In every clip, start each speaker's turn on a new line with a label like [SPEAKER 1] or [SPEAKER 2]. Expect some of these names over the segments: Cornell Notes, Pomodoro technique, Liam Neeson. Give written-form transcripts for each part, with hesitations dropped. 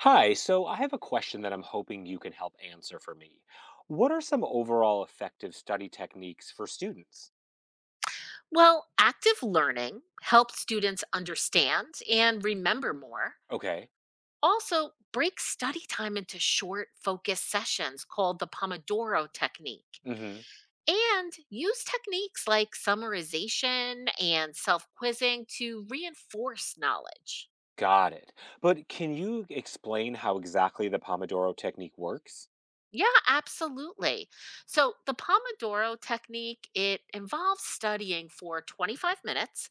[SPEAKER 1] Hi, so I have a question that I'm hoping you can help answer for me. What are some overall effective study techniques for students?
[SPEAKER 2] Well, active learning helps students understand and remember more.
[SPEAKER 1] Okay.
[SPEAKER 2] Also, break study time into short, focused sessions called the Pomodoro technique.
[SPEAKER 1] Mm-hmm.
[SPEAKER 2] And use techniques like summarization and self quizzing to reinforce knowledge.
[SPEAKER 1] Got it. But can you explain how exactly the Pomodoro technique works?
[SPEAKER 2] Yeah, absolutely. So, the Pomodoro technique, it involves studying for 25 minutes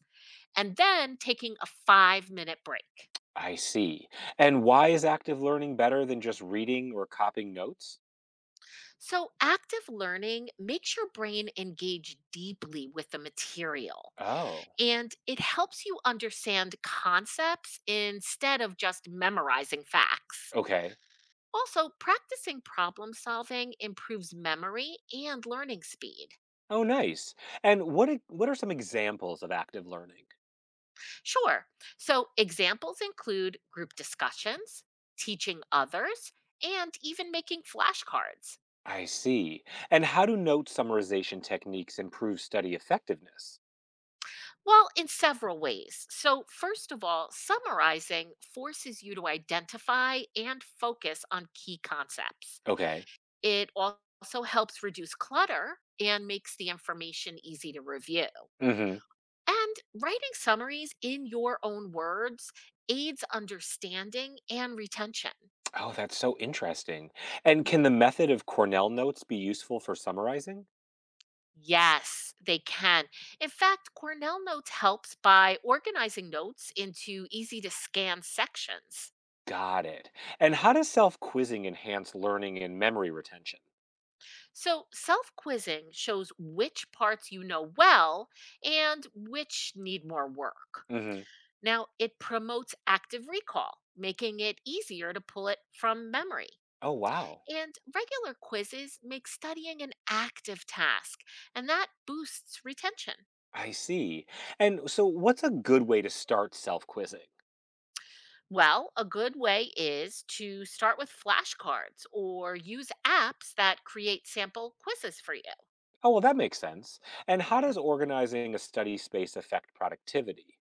[SPEAKER 2] and then taking a 5-minute break.
[SPEAKER 1] I see. And why is active learning better than just reading or copying notes?
[SPEAKER 2] So, active learning makes your brain engage deeply with the material,
[SPEAKER 1] Oh,
[SPEAKER 2] and it helps you understand concepts instead of just memorizing facts.
[SPEAKER 1] okay.
[SPEAKER 2] Also, practicing problem solving improves memory and learning speed.
[SPEAKER 1] Oh, nice. And what are some examples of active learning?
[SPEAKER 2] Sure. So, examples include group discussions, teaching others, and even making flashcards.
[SPEAKER 1] I see. And how do note summarization techniques improve study effectiveness?
[SPEAKER 2] Well, in several ways. So, first of all, summarizing forces you to identify and focus on key concepts.
[SPEAKER 1] Okay.
[SPEAKER 2] It also helps reduce clutter and makes the information easy to review.
[SPEAKER 1] Mhm.
[SPEAKER 2] And writing summaries in your own words aids understanding and retention.
[SPEAKER 1] Oh, that's so interesting. And can
[SPEAKER 2] Mhm.
[SPEAKER 1] the method of Cornell notes be useful for summarizing?
[SPEAKER 2] Yes, they can. In fact, Cornell Notes helps by organizing notes into easy to scan sections.
[SPEAKER 1] Got it. And how does self-quizzing enhance learning and memory retention?
[SPEAKER 2] So, self quizzing shows which parts you know well and which need more work.
[SPEAKER 1] Mhm.
[SPEAKER 2] Now, it promotes active recall, making it easier to pull it from memory.
[SPEAKER 1] Oh, wow.
[SPEAKER 2] And regular quizzes make studying an active task, and that boosts retention.
[SPEAKER 1] I see. And so what's a good way to start self-quizzing?
[SPEAKER 2] Well, a good way is to start with flashcards or use apps that create sample quizzes for you.
[SPEAKER 1] Oh, well, that makes sense. And how does organizing a study space affect productivity?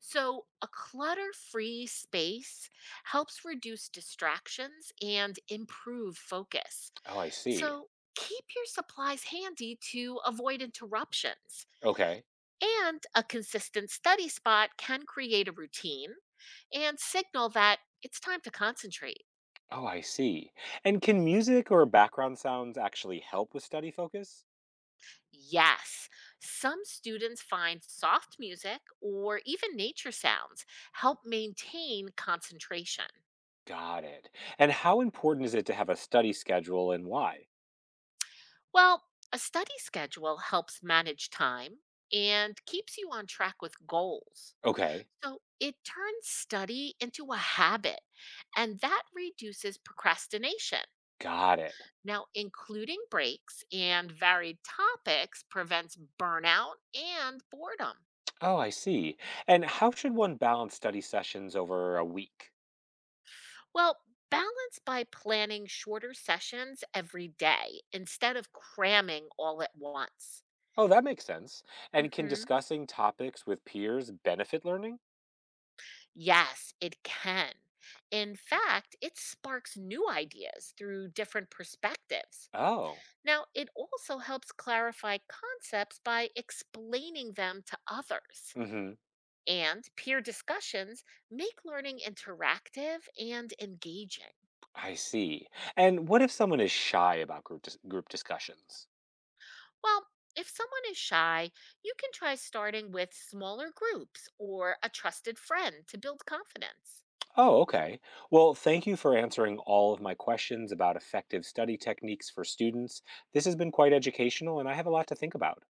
[SPEAKER 2] So, a clutter free space helps reduce distractions and improve focus.
[SPEAKER 1] Oh, I see.
[SPEAKER 2] So, keep your supplies handy to avoid interruptions.
[SPEAKER 1] Okay.
[SPEAKER 2] And a consistent study spot can create a routine and signal that it's time to concentrate.
[SPEAKER 1] Oh, I see. And can music or background sounds actually help with study focus?
[SPEAKER 2] Yes, some students find soft music or even nature sounds help maintain concentration.
[SPEAKER 1] Got it. And how important is it to have a study schedule and why?
[SPEAKER 2] Well, a study schedule helps manage time and keeps you on track with goals.
[SPEAKER 1] Okay,
[SPEAKER 2] So it turns study into a habit, and that reduces procrastination.
[SPEAKER 1] got it.
[SPEAKER 2] Now, including breaks and varied topics prevents burnout and boredom.
[SPEAKER 1] Oh, I see. And how should one balance study sessions over a week?
[SPEAKER 2] Well, balance by planning shorter sessions every day instead of cramming all at once.
[SPEAKER 1] Oh, that makes sense. And can
[SPEAKER 2] Hmm.
[SPEAKER 1] discussing topics with peers benefit learning?
[SPEAKER 2] Yes, it can. In fact, it sparks new ideas through different perspectives.
[SPEAKER 1] Oh,
[SPEAKER 2] Now, it also helps clarify concepts by explaining them to others.
[SPEAKER 1] mm-hmm.
[SPEAKER 2] And peer discussions make learning interactive and engaging.
[SPEAKER 1] I see. And what if someone is shy about group discussions?
[SPEAKER 2] Well, if someone is shy, you can try starting with smaller groups or a trusted friend to build confidence.
[SPEAKER 1] Oh, okay. Well, thank you for answering all of my questions about effective study techniques for students. This has been quite educational, and I have a lot to think about.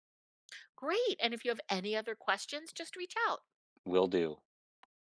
[SPEAKER 2] Great. And if you have any other questions, just reach out.
[SPEAKER 1] Will do.